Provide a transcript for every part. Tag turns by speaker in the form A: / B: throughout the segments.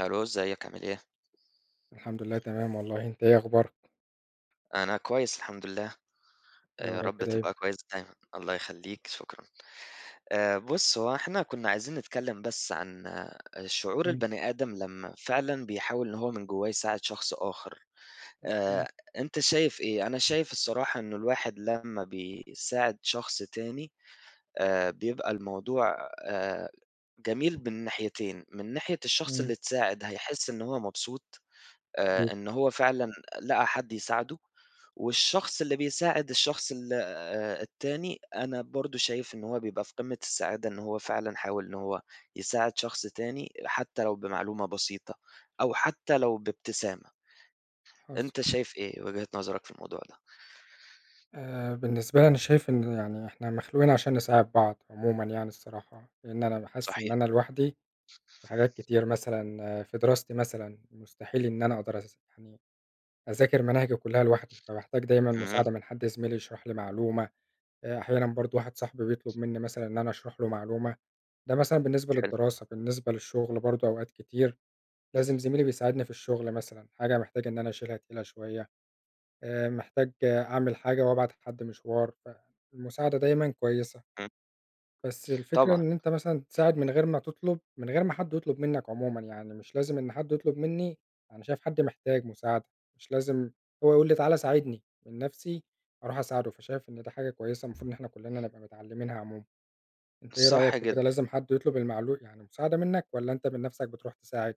A: ألو، إزيك عامل إيه؟
B: الحمد لله تمام والله، أنت إيه أخبارك؟
A: أنا كويس الحمد لله. آه،
B: يا
A: يا
B: رب
A: رب
B: دايمًا.
A: تبقى كويس دايمًا، الله يخلّيك، شكرًا. بُص، هو إحنا كنا عايزين نتكلّم بس عن شعور
B: إمم،
A: البني آدم لمّا فعلًا بيحاول إن هو من جوّاه يساعد شخص آخر.
B: إمم،
A: آآ أنت شايف إيه؟ أنا شايف الصراحة إنه الواحد لمّا بيساعد شخص تاني بيبقى الموضوع آآ جميل من ناحيتين، من ناحية الشخص
B: إمم،
A: اللي اتساعد هيحس إن هو مبسوط
B: أكيد
A: إن هو فعلًا لقى حد يساعده، والشخص اللي بيساعد الشخص ال التاني، أنا برضه شايف إن هو بيبقى في قمة السعادة إن هو فعلًا حاول إن هو يساعد شخص تاني، حتى لو بمعلومة بسيطة، أو حتى لو بابتسامة.
B: حاصل.
A: أنت شايف إيه وجهة نظرك في الموضوع ده؟
B: بالنسبة لي أنا شايف إن يعني إحنا مخلوقين عشان نساعد بعض عمومًا يعني الصراحة، لإن أنا باحس إن
A: صحيح.
B: أنا لوحدي في حاجات كتير مثلًا آه، في دراستي مثلًا، مستحيل إن أنا أقدر يعني أذاكر مناهجي كلّها لوحدي، فباحتاج دايمًا
A: اهم.
B: مساعدة من حد زميلي يشرح لي معلومة، أحيانًا برضه واحد صاحبي بيطلب منّي مثلًا إن أنا أشرح له معلومة، ده مثلًا بالنسبة
A: حلو.
B: للدراسة، بالنسبة للشغل برضه أوقات كتير لازم زميلي بيساعدني في الشغل مثلًا، حاجة محتاج إن أنا أشيلها تقيلة شوية، محتاج آه، أعمل حاجة وأبعت حد مشوار، فالمساعدة دايمًا كويسة،
A: إمم.
B: بس الفكرة
A: طبعًا.
B: إن أنت مثلًا تساعد من غير ما تطلب، من غير ما حد يطلب منّك عمومًا، يعني مش لازم إن حد يطلب منّي، أنا شايف حد محتاج مساعدة، مش لازم هو يقول لي تعالَ ساعدني، من نفسي أروح أساعده، فشايف إن ده حاجة كويسة المفروض إن إحنا كلّنا نبقى متعلمينها عمومًا، أنت إيه رأيك
A: صح
B: في كده
A: جدًا.
B: لازم حد يطلب يعني مساعدة منّك والّا أنت من نفسك بتروح تساعد؟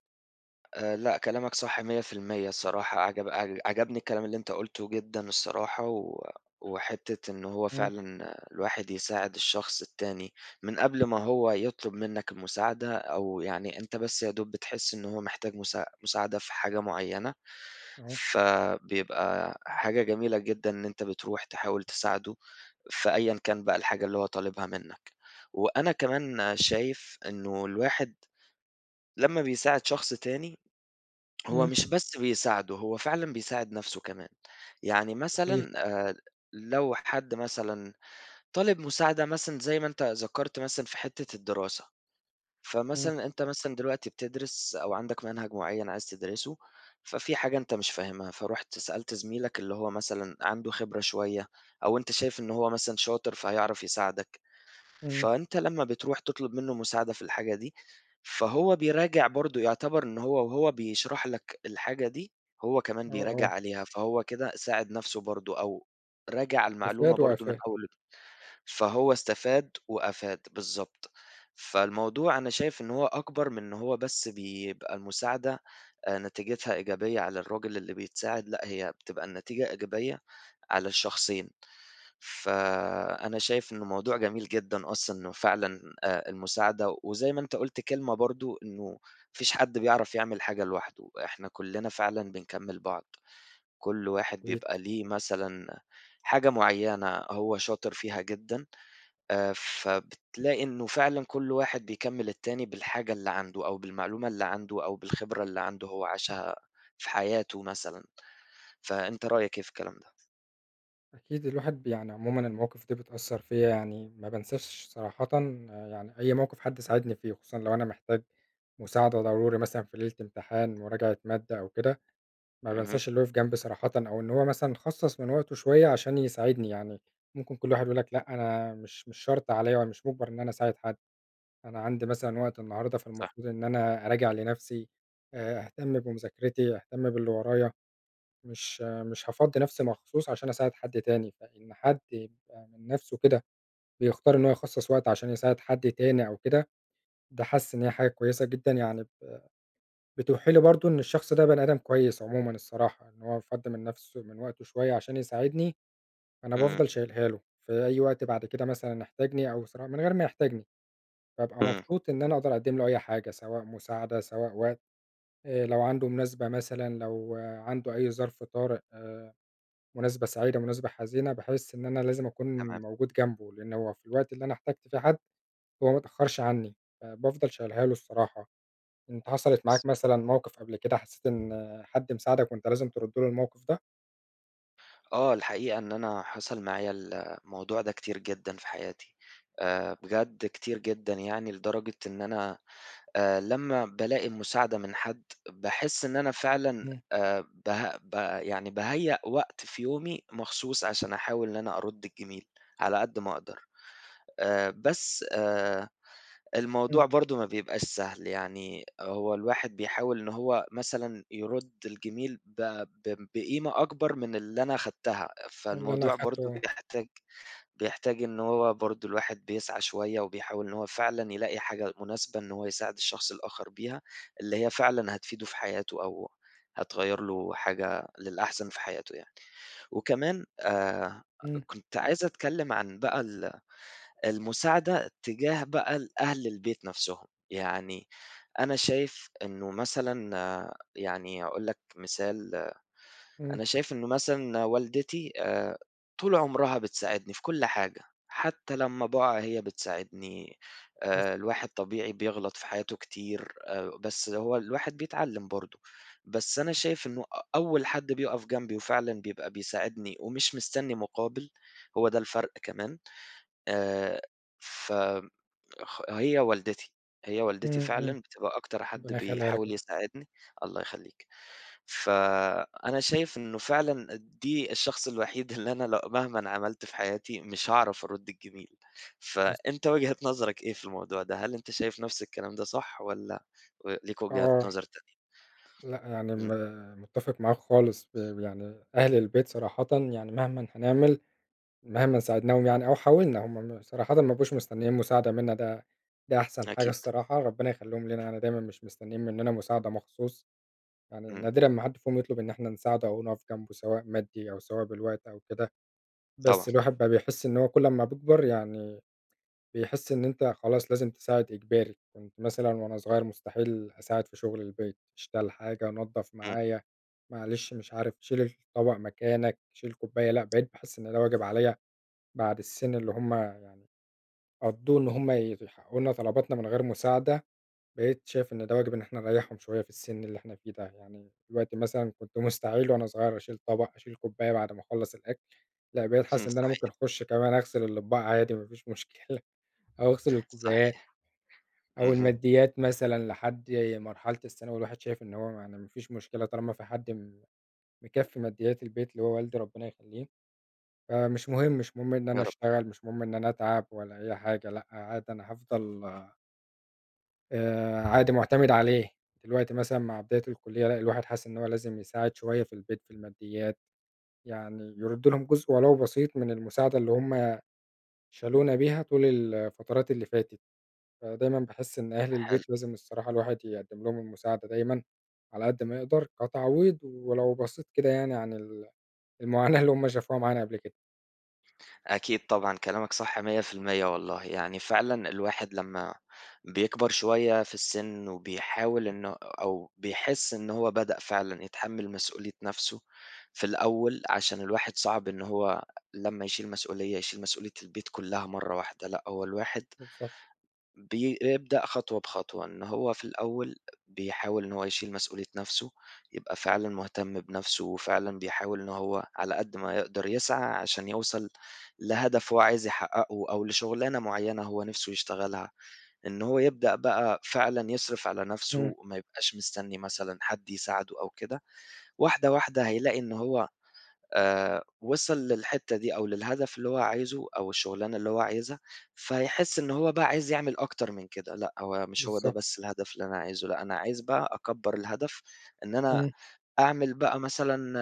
A: لأ، كلامك صح 100% الصراحة، عجبني الكلام اللي أنت قُلته جدًا الصراحة، وحتّة إن هو
B: إمم،
A: فعلًا الواحد يساعد الشخص التاني من قبل ما هو يطلب منّك المساعدة، أو يعني أنت بس يا دوب بتحس إن هو محتاج مساعدة في حاجة معيّنة،
B: آه،
A: فبيبقى حاجة جميلة جدًا إن أنت بتروح تحاول تساعده في أيًا كان بقى الحاجة اللي هو طالبها منّك. وأنا كمان شايف إنه الواحد لمّا بيساعد شخص تاني هو
B: إمم.
A: مش بس بيساعده، هو فعلًا بيساعد نَفْسه كمان. يعني
B: إيه؟
A: مثلًا آآ لو حد مثلًا طالب مساعدة مثلًا زي ما أنت ذكرت مثلًا في حتّة الدراسة،
B: إمم،
A: فمثلًا أنت مثلًا دلوقتي بتدرس أو عندك منهج معيّن عايز تدرسه، ففي حاجة أنت مش فاهمها، فرُحت سألت زميلك اللي هو مثلًا عنده خبرة شوية أو أنت شايف إن هو مثلًا شاطر فهيعرف يساعدك.
B: إمم،
A: فأنت لمّا بتروح تطلب منّه مساعدة في الحاجة دي، فهو بيراجع برضه يعتبر إن هو وهو بيشرح لك الحاجة دي، هو كمان
B: آه،
A: بيراجع
B: آه،
A: عليها، فهو كده ساعد نَفْسه برضه أو راجع المعلومة
B: لفات
A: برضه من
B: وآفات،
A: أول، فهو استفاد وأفاد، بالضبط. فالموضوع أنا شايف إن هو أكبر من إن هو بس بيبقى المساعدة نتيجتها إيجابية على الراجل اللي بيتساعد، لأ هي بتبقى النتيجة إيجابية على الشخصين. فأنا شايف إنه موضوع جميل جدًا أصلًا إنه فعلًا المساعدة، وزي ما أنت قُلت كلمة برضه إنه ما فيش حد بيعرف يعمل حاجة لوحده، إحنا كلنا فعلًا بنكمّل بعض، كل واحد
B: أكيد،
A: بيبقى ليه مثلًا حاجة معيّنة هو شاطر فيها جدًا، آآ فبتلاقي إنه فعلًا كل واحد بيكمّل التاني بالحاجة اللي عنده أو بالمعلومة اللي عنده أو بالخبرة اللي عنده هو عاشها في حياته مثلًا، فأنت رأيك إيه في الكلام ده؟
B: أكيد الواحد يعني عمومًا المواقف دي بتأثّر فيّا يعني ما بانساش صراحةً آه، يعني أي موقف حد ساعدني فيه، خصوصًا لو أنا محتاج مساعدة ضروري مثلًا في ليلة امتحان، مراجعة مادة أو كده، ما
A: اهم.
B: بانساش اللي وقف جنبي صراحةً، أو إن هو مثلًا خصّص من وقته شوية عشان يساعدني يعني، ممكن كل واحد يقول لك لأ أنا مش شرط عليَّ وأنا مش مُجبر إن أنا أساعد حد، أنا عندي مثلًا وقت النهارده
A: صح.
B: فالمفروض إن أنا أراجع لنفسي، أهتم بمذاكرتي، أهتم باللي ورايا. مش هافضّي نفسي مخصوص عشان أساعد حد تاني، فإن حد يبقى من نفسه كده بيختار إن هو يخصّص وقت عشان يساعد حد تاني أو كده، ده حاسس إن هي حاجة كويسة جدًا يعني بتوحي لي برضه إن الشخص ده بني آدم كويس عمومًا الصراحة، إن هو فَضّ من نفسه من وقته شوية عشان يساعدني، فأنا
A: إمم.
B: بافضل شايلها له في أي وقت بعد كده مثلًا احتاجني أو من غير ما يحتاجني، بابقى
A: إمم.
B: مبسوط إن أنا أقدر أقدّم له أي حاجة، سواء مساعدة، سواء وقت، لو عنده مناسبة مثلًا، لو آه، عنده أي ظرف طارئ. مناسبة سعيدة، مناسبة حزينة، باحس إن أنا لازم أكون
A: تمام.
B: موجود جنبه، لإن هو في الوقت اللي أنا احتجت فيه حد هو ما اتأخرش عني، فبافضل شايلها له الصراحة. أنت حصلت معاك مثلًا موقف قبل كده حسيت إن حد مساعدك وأنت لازم ترد له الموقف ده؟
A: آه، الحقيقة إن أنا حصل معايا الموضوع ده كتير جدًا في حياتي، بجد كتير جدًا يعني لدرجة إن أنا لمّا بالاقي مساعدة من حد باحس إن أنا فعلًا
B: إمم،
A: آآ، به ب يعني باهيأ وقت في يومي مخصوص عشان أحاول إن أنا أرُد الجميل على قد ما أقدر، بس
B: إمم،
A: الموضوع برضه ما بيبقاش سهل، يعني هو الواحد بيحاول إن هو مثلًا يرُد الجميل ب ب بقيمة أكبر من اللي أنا أخدتها،
B: اللي أنا
A: فالموضوع برضه
B: أخدته
A: بيحتاج إن هو برضه الواحد بيسعى شوية وبيحاول إن هو فعلًا يلاقي حاجة مناسبة إن هو يساعد الشخص الآخر بيها، اللي هي فعلًا هتفيده في حياته أو هتغيّر له حاجة للأحسن في حياته يعني. وكمان
B: إمم،
A: كنت عايز أتكلم عن بقى المساعدة تجاه بقى أهل البيت نَفْسهم، يعني أنا شايف إنه مثلًا يعني هاقول لك مثال،
B: إمم،
A: أنا شايف إنه مثلًا والدتي طول عمرها بتساعدني في كل حاجة، حتى لمّا باقع هي بتساعدني،
B: حصل،
A: الواحد طبيعي بيغلط في حياته كتير بس هو الواحد بيتعلّم برضه، بس أنا شايف إنه أول حد بيُقف جنبي وفعلًا بيبقى بيساعدني ومش مستني مقابل، هو ده الفرق كمان. آآ ف خ هي والدتي، هي والدتي
B: إمم، إمم،
A: فعلًا بتبقى أكتر حد
B: ربنا يخليها لك
A: بيحاول
B: يا رب،
A: يساعدني. الله يخلّيك. فأنا شايف إنه فعلًا دي الشخص الوحيد اللي أنا لو مهمًا عملت في حياتي مش هاعرف أرُد الجميل،
B: حصل،
A: فأنت وجهة نظرك إيه في الموضوع ده؟ هل أنت شايف نفس الكلام ده صح والّا ليك وجهة
B: آه،
A: نظر تانية؟
B: لأ يعني
A: إمم.
B: متفق معاك خالص، يعني أهل البيت صراحةً يعني مهمًا هنعمل مهما ساعدناهم يعني أو حاولنا، هم صراحةً ما بقوش مستنيين مساعدة منا، ده أحسن حاجة
A: أكيد.
B: الصراحة، ربنا يخلّيهم لنا يعني دايمًا مش مستنيين مننا مساعدة مخصوص، يعني
A: إمم.
B: نادرًا ما حد فيهم يطلب إن إحنا نساعده أو نقف جنبه سواء مادي أو سواء بالوقت أو كده،
A: طبعًا.
B: بس الواحد بقى بيحس إن هو كل أمّا بيكبر يعني بيحس إن أنت خلاص لازم تساعد إجباري، كنت مثلًا وأنا صغير مستحيل أساعد في شغل البيت، اشتغل حاجة، نضّف
A: إمم.
B: معايا، معلش مش عارف شيل الطبق مكانك، شيل كوباية، لأ بقيت باحس إن ده واجب عليَّ بعد السن اللي هم يعني قضّوه إن هم يحققوا لنا طلباتنا من غير مساعدة، بقيت شايف إن ده واجب إن إحنا نريّحهم شوية في السن اللي إحنا فيه ده، يعني دلوقتي مثلًا كنت مستعيل وأنا صغير أشيل طبق، أشيل كوباية بعد ما أخلّص الأكل، لأ بقيت حاسس إن أنا
A: صحيح.
B: ممكن أخش كمان أغسل الأطباق عادي ما فيش مشكلة، أو أغسل الكوبايات
A: صحيح.
B: أو
A: اهم.
B: الماديات مثلًا لحد مرحلة الثانوي، الواحد شايف إن هو يعني ما فيش مشكلة طالما في حد مكفّي ماديات البيت اللي هو والدي ربنا يخلّيه. فمش مهم، مش مهم إن
A: يا
B: أنا
A: رب.
B: أشتغل، مش مهم إن أنا أتعب ولا أي حاجة، لأ عادي أنا هافضل عادي معتمد عليه. دلوقتي مثلًا مع بداية الكُلّية لأ، الواحد حاسس إن هو لازم يساعد شوية في البيت في الماديات، يعني يُرد لهم جزء ولو بسيط من المساعدة اللي هم شالونا بيها طول الفترات اللي فاتت، فدايمًا باحس إن أهل
A: حلو.
B: البيت لازم الصراحة الواحد يقدّم لهم المساعدة دايمًا على قد ما يقدر كتعويض ولو بسيط كده يعني عن المعاناة اللي هم شافوها معانا قبل كده.
A: أكيد طبعًا كلامك صح 100% والله، يعني فعلًا الواحد لمّا بيكبر شوية في السن وبيحاول إنه أو بيحس إن هو بدأ فعلًا يتحمّل مسؤولية نَفْسه في الأول، عشان الواحد صعب إن هو لمّا يشيل مسؤولية، يشيل مسؤولية البيت كُلّها مرّة واحدة، لأ هو الواحد
B: بالضبط،
A: بيبدأ خطوة بخطوة، إن هو في الأول بيحاول إن هو يشيل مسؤولية نَفْسه، يبقى فعلًا مهتم بنَفْسه وفعلًا بيحاول إن هو على قد ما يقدر يسعى عشان يوصل لهدف هو عايز يحققه أو لشغلانة معيّنة هو نِفْسه يشتغلها، إن هو يبدأ بقى فعلًا يصرف على نَفْسه
B: إمم،
A: وما يبقاش مستني مثلًا حد يساعده أو كده، واحدة، واحدة هيلاقي إن هو وصل للحتّة دي أو للهدف اللي هو عايزه أو الشغلانة اللي هو عايزها، فهيحس إن هو بقى عايز يعمل أكتر من كده، لأ هو مش هو ده
B: بالضبط،
A: بس الهدف اللي أنا عايزه، لأ أنا عايز بقى أكبّر الهدف إن أنا
B: إمم.
A: أعمل بقى مثلًا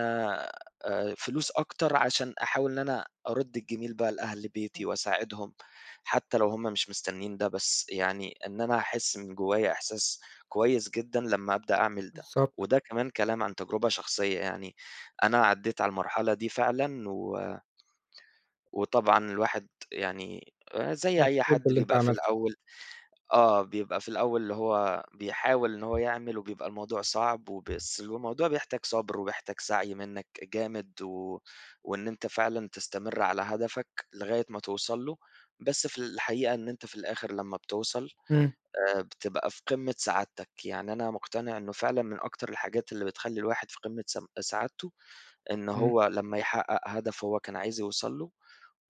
A: فلوس أكتر عشان أحاول إن أنا أرُد الجميل بقى لأهل بيتي وأساعدهم، حتى لو هُم مش مستنيين ده، بس يعني إن أنا هاحس من جوايا إحساس كويس جدًا لمّا أبدأ أعمل ده،
B: بالضبط،
A: وده كمان كلام عن تجربة شخصية يعني، أنا عدّيت على المرحلة دي فعلًا، وطبعًا الواحد يعني زي أي
B: مبسوط
A: حد
B: باللي أنت
A: بيبقى في
B: عملته،
A: الأول، آه، بيبقى في الأول اللي هو بيحاول إن هو يعمل وبيبقى الموضوع صعب وبس الموضوع بيحتاج صبر وبيحتاج سعي منّك جامد، وإن أنت فعلًا تستمر على هدفك لغاية ما توصل له، بس في الحقيقة إن أنت في الآخر لمّا بتوصل
B: إمم،
A: بتبقى في قمة سعادتك، يعني أنا مقتنع إنه فعلًا من أكتر الحاجات اللي بتخلّي الواحد في قمة سعادته إن
B: إمم،
A: هو لمّا يحقق هدف هو كان عايز يوصل له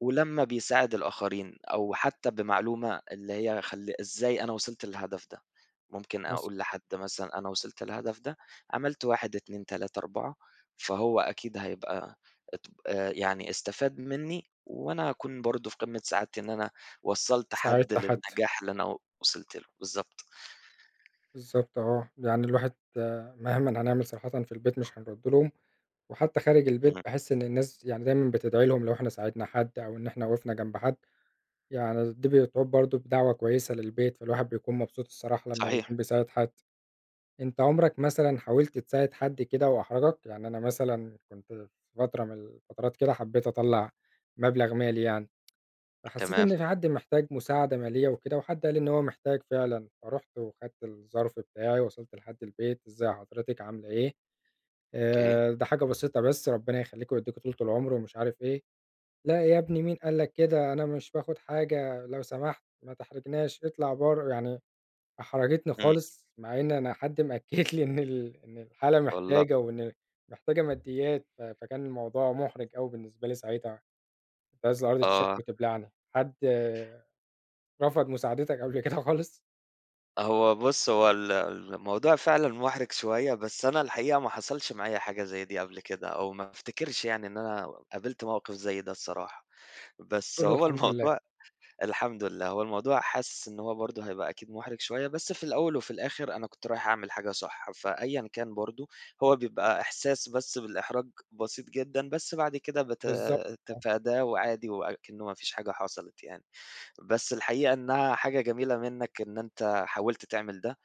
A: ولمّا بيساعد الآخرين أو حتّى بمعلومة اللي هي إزاي أنا وصلت للهدف ده، ممكن
B: حصل،
A: أقول لحد مثلًا أنا وصلت للهدف ده، عملت 1، 2، 3، 4 فهو أكيد هيبقى ات يعني استفاد منّي وأنا هاكون برضه في قمّة سعادتي إن أنا وصّلت حد
B: ساعدت حتى،
A: للنجاح اللي أنا وصلت له، بالضبط.
B: بالضبط آه، يعني الواحد مهمًا هنعمل صراحةً في البيت مش هنرُد لهم، وحتى خارج البيت
A: إمم.
B: باحس إن الناس يعني دايمًا بتدعي لهم لو إحنا ساعدنا حد أو إن إحنا وقفنا جنب حد، يعني دي بتعود برضه بدعوة كويسة للبيت، فالواحد بيكون مبسوط الصراحة لمّا
A: صحيح.
B: بيكون بيساعد حد. أنت عمرك مثلًا حاولت تساعد حد كده وأحرجك؟ يعني أنا مثلًا كنت في فترة من الفترات كده حبيت أطلّع مبلغ مالي يعني. فحسيت
A: تمام.
B: إن في حد محتاج مساعدة مالية وكده، وحد قال لي إن هو محتاج فعلًا، فرُحت وخدت الظرف بتاعي، وصلت لحد البيت، إزي حضرتِك عاملة إيه؟
A: أوكي.
B: ده حاجة بسيطة بس، ربنا يخليكِ ويديكِ طولة العمر ومش عارف إيه، لأ يا ابني مين قال لك كده؟ أنا مش باخد حاجة، لو سمحت ما تحرجناش، اطلع برّه، يعني أحرجتني
A: إمم.
B: خالص، مع إن أنا حد مأكد لي إن إن الحالة
A: والله.
B: محتاجة، وإن محتاجة ماديات، فكان الموضوع محرج أوي بالنسبة لي ساعتها، كنت عايز الأرض تشق
A: آه.
B: وتبلعني، حد رفض مساعدتك قبل كده خالص؟
A: هو بُص، هو الموضوع فعلًا مُحرِج شوية، بس أنا الحقيقة ما حصلش معايا حاجة زي دي قبل كده، أو ما أفتكرش يعني إن أنا قابلت موقف زي ده الصراحة. بس
B: تقول له
A: هو
B: الحمد لله،
A: الموضوع الحمد لله، هو الموضوع حاسس إن هو برضه هيبقى أكيد مُحرِج شوية، بس في الأول وفي الآخر أنا كنت رايح أعمل حاجة صح، فأيًا كان برضه هو بيبقى إحساس بس بالإحراج بسيط جدًا، بس بعد كده
B: بالضبط آه،
A: أتفاداه وعادي وأكنه ما فيش حاجة حصلت يعني. بس الحقيقة إنها حاجة جميلة منّك إن أنت حاولت تعمل ده.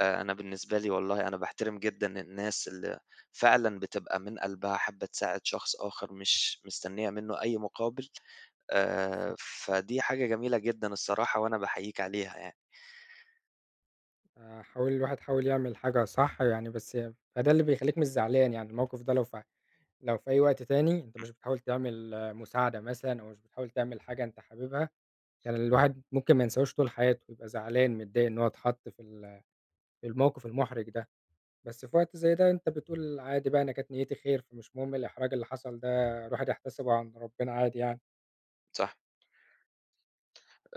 A: أنا بالنسبة لي والله أنا باحترم جدًا الناس اللي فعلًا بتبقى من قلبها حابة تساعد شخص آخر، مش مستنية منّه أي مقابل،
B: آه، بالضبط،
A: فدي حاجة جميلة جدًا الصراحة وأنا باحييك عليها يعني.
B: حاول الواحد حاول يعمل حاجة صح يعني، بس فده اللي بيخلّيك مش زعلان يعني، الموقف ده لو في أي وقت تاني أنت مش بتحاول تعمل آه، مساعدة مثلًا أو مش بتحاول تعمل حاجة أنت حاببها، كان الواحد ممكن ما ينساهوش طول حياته، يبقى زعلان متضايق إن هو اتحط في في الموقف المحرج ده، بس في وقت زي ده أنت بتقول عادي بقى أنا كانت نيتي خير، فمش مهم الإحراج اللي حصل ده الواحد يحتسبه عند ربنا عادي يعني.
A: صح،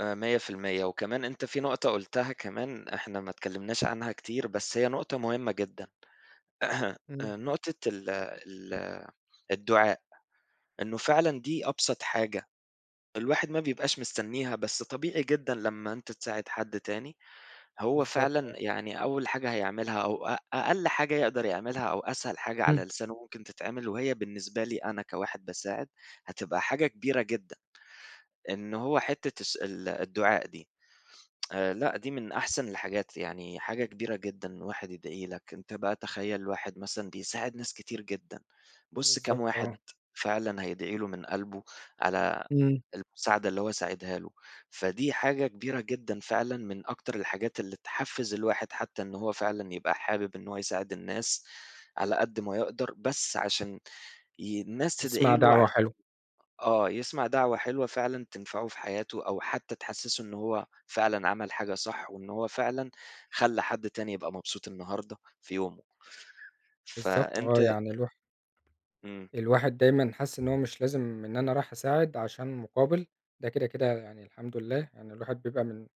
A: آآ 100% وكمان أنت في نقطة قُلتها كمان إحنا ما اتكلمناش عنها كتير، بس هي نقطة مهمة جدًا،
B: إمم.
A: نقطة ال ال الدُعاء، إنه فعلًا دي أبسط حاجة، الواحد ما بيبقاش مستنيها، بس طبيعي جدًا لمّا أنت تساعد حد تاني هو
B: بالضبط آه،
A: فعلًا يعني أول حاجة هيعملها أو أقل حاجة يقدر يعملها أو أسهل حاجة على
B: إمم،
A: لسانه ممكن تتعمل، وهي بالنسبة لي أنا كواحد باساعد هتبقى حاجة كبيرة جدًا، إن هو حتة الس ال الدعاء دي. لأ، دي من أحسن الحاجات، يعني حاجة كبيرة جدًا واحد يدعي لك، أنت بقى تخيّل واحد مثلًا بيساعد ناس كتير جدًا، بُص كام
B: بالضبط
A: واحد
B: آه.
A: فعلًا هيدعي له من قلبه على
B: إمم،
A: المساعدة اللي هو ساعدها له، فدي حاجة كبيرة جدًا فعلًا من أكتر الحاجات اللي تحفّز الواحد حتى إن هو فعلًا يبقى حابب إن هو يساعد الناس على قد ما يقدر، بس عشان الناس تدعي
B: اسمع
A: له،
B: دعوة حلوة،
A: يسمع دعوة حلوة فعلًا تنفعه في حياته أو حتى تحسّسه إن هو فعلًا عمل حاجة صح، وإن هو فعلًا خلّى حد تاني يبقى مبسوط النهارده في يومه.
B: بالضبط
A: فأنت.
B: آه، يعني
A: إمم.
B: الواحد دايمًا حاسس إن هو مش لازم إن أنا رايح أساعد عشان مقابل، ده كده، كده يعني الحمد لله، يعني الواحد بيبقى من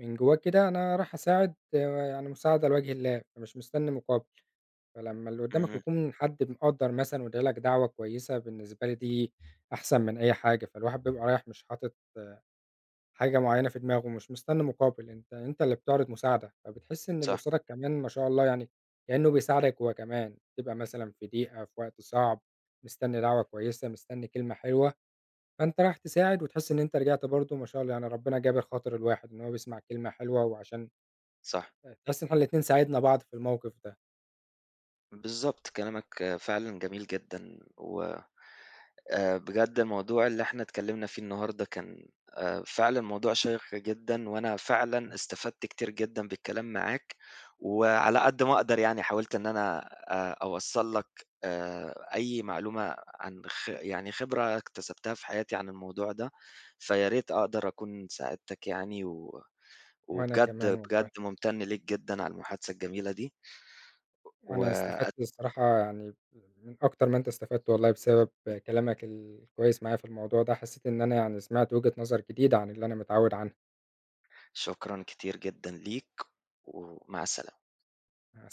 B: من جوّاه كده أنا رايح أساعد يعني مساعدة لوجه الله، فمش مستني مقابل، فلمّا اللي قدّامك
A: اهم.
B: يكون حد مقدّر مثلًا وادّى لك دعوة كويسة، بالنسبة لي دي أحسن من أي حاجة، فالواحد بيبقى رايح مش حاطط حاجة معيّنة في دماغه، مش مستني مقابل، أنت اللي بتعرض مساعدة، فبتحس إن اللي
A: صح.
B: قصادك كمان ما شاء الله يعني كأنه بيساعدك هو كمان، تبقى مثلًا في ضيقة، في وقت صعب، مستني دعوة كويسة، مستني كلمة حلوة، فأنت رايح تساعد وتحس إن أنت رجعت برضه ما شاء الله يعني ربنا جابر خاطر الواحد، إن هو بيسمع كلمة حلوة وعشان
A: صح.
B: تحس إن إحنا الاتنين ساعدنا بعض في الموقف ده،
A: بالضبط، كلامك فعلًا جميل جدًا، و بجد الموضوع اللي إحنا اتكلّمنا فيه النهارده كان فعلًا موضوع شيّق جدًا، وأنا فعلًا استفدت كتير جدًا بالكلام معاك، وعلى قد ما أقدر يعني حاولت إن أنا أوصّل لك أي معلومة عن يعني خبرة اكتسبتها في حياتي عن الموضوع ده، فيا ريت أقدر أكون ساعدتك يعني،
B: وأنا كمان
A: وبجد، بجد
B: والله.
A: ممتن ليك جدًا على المحادثة الجميلة دي،
B: وأنا
A: وشكرًا
B: استفدت الصراحة يعني من أكتر ما أنت استفدت والله بسبب كلامك الكويس معايا في الموضوع ده، حسيت إن أنا يعني سمعت وجهة نظر جديدة عن اللي أنا متعود عنها.
A: كتير جدًا ليك، ومع السلامة.
B: مع الس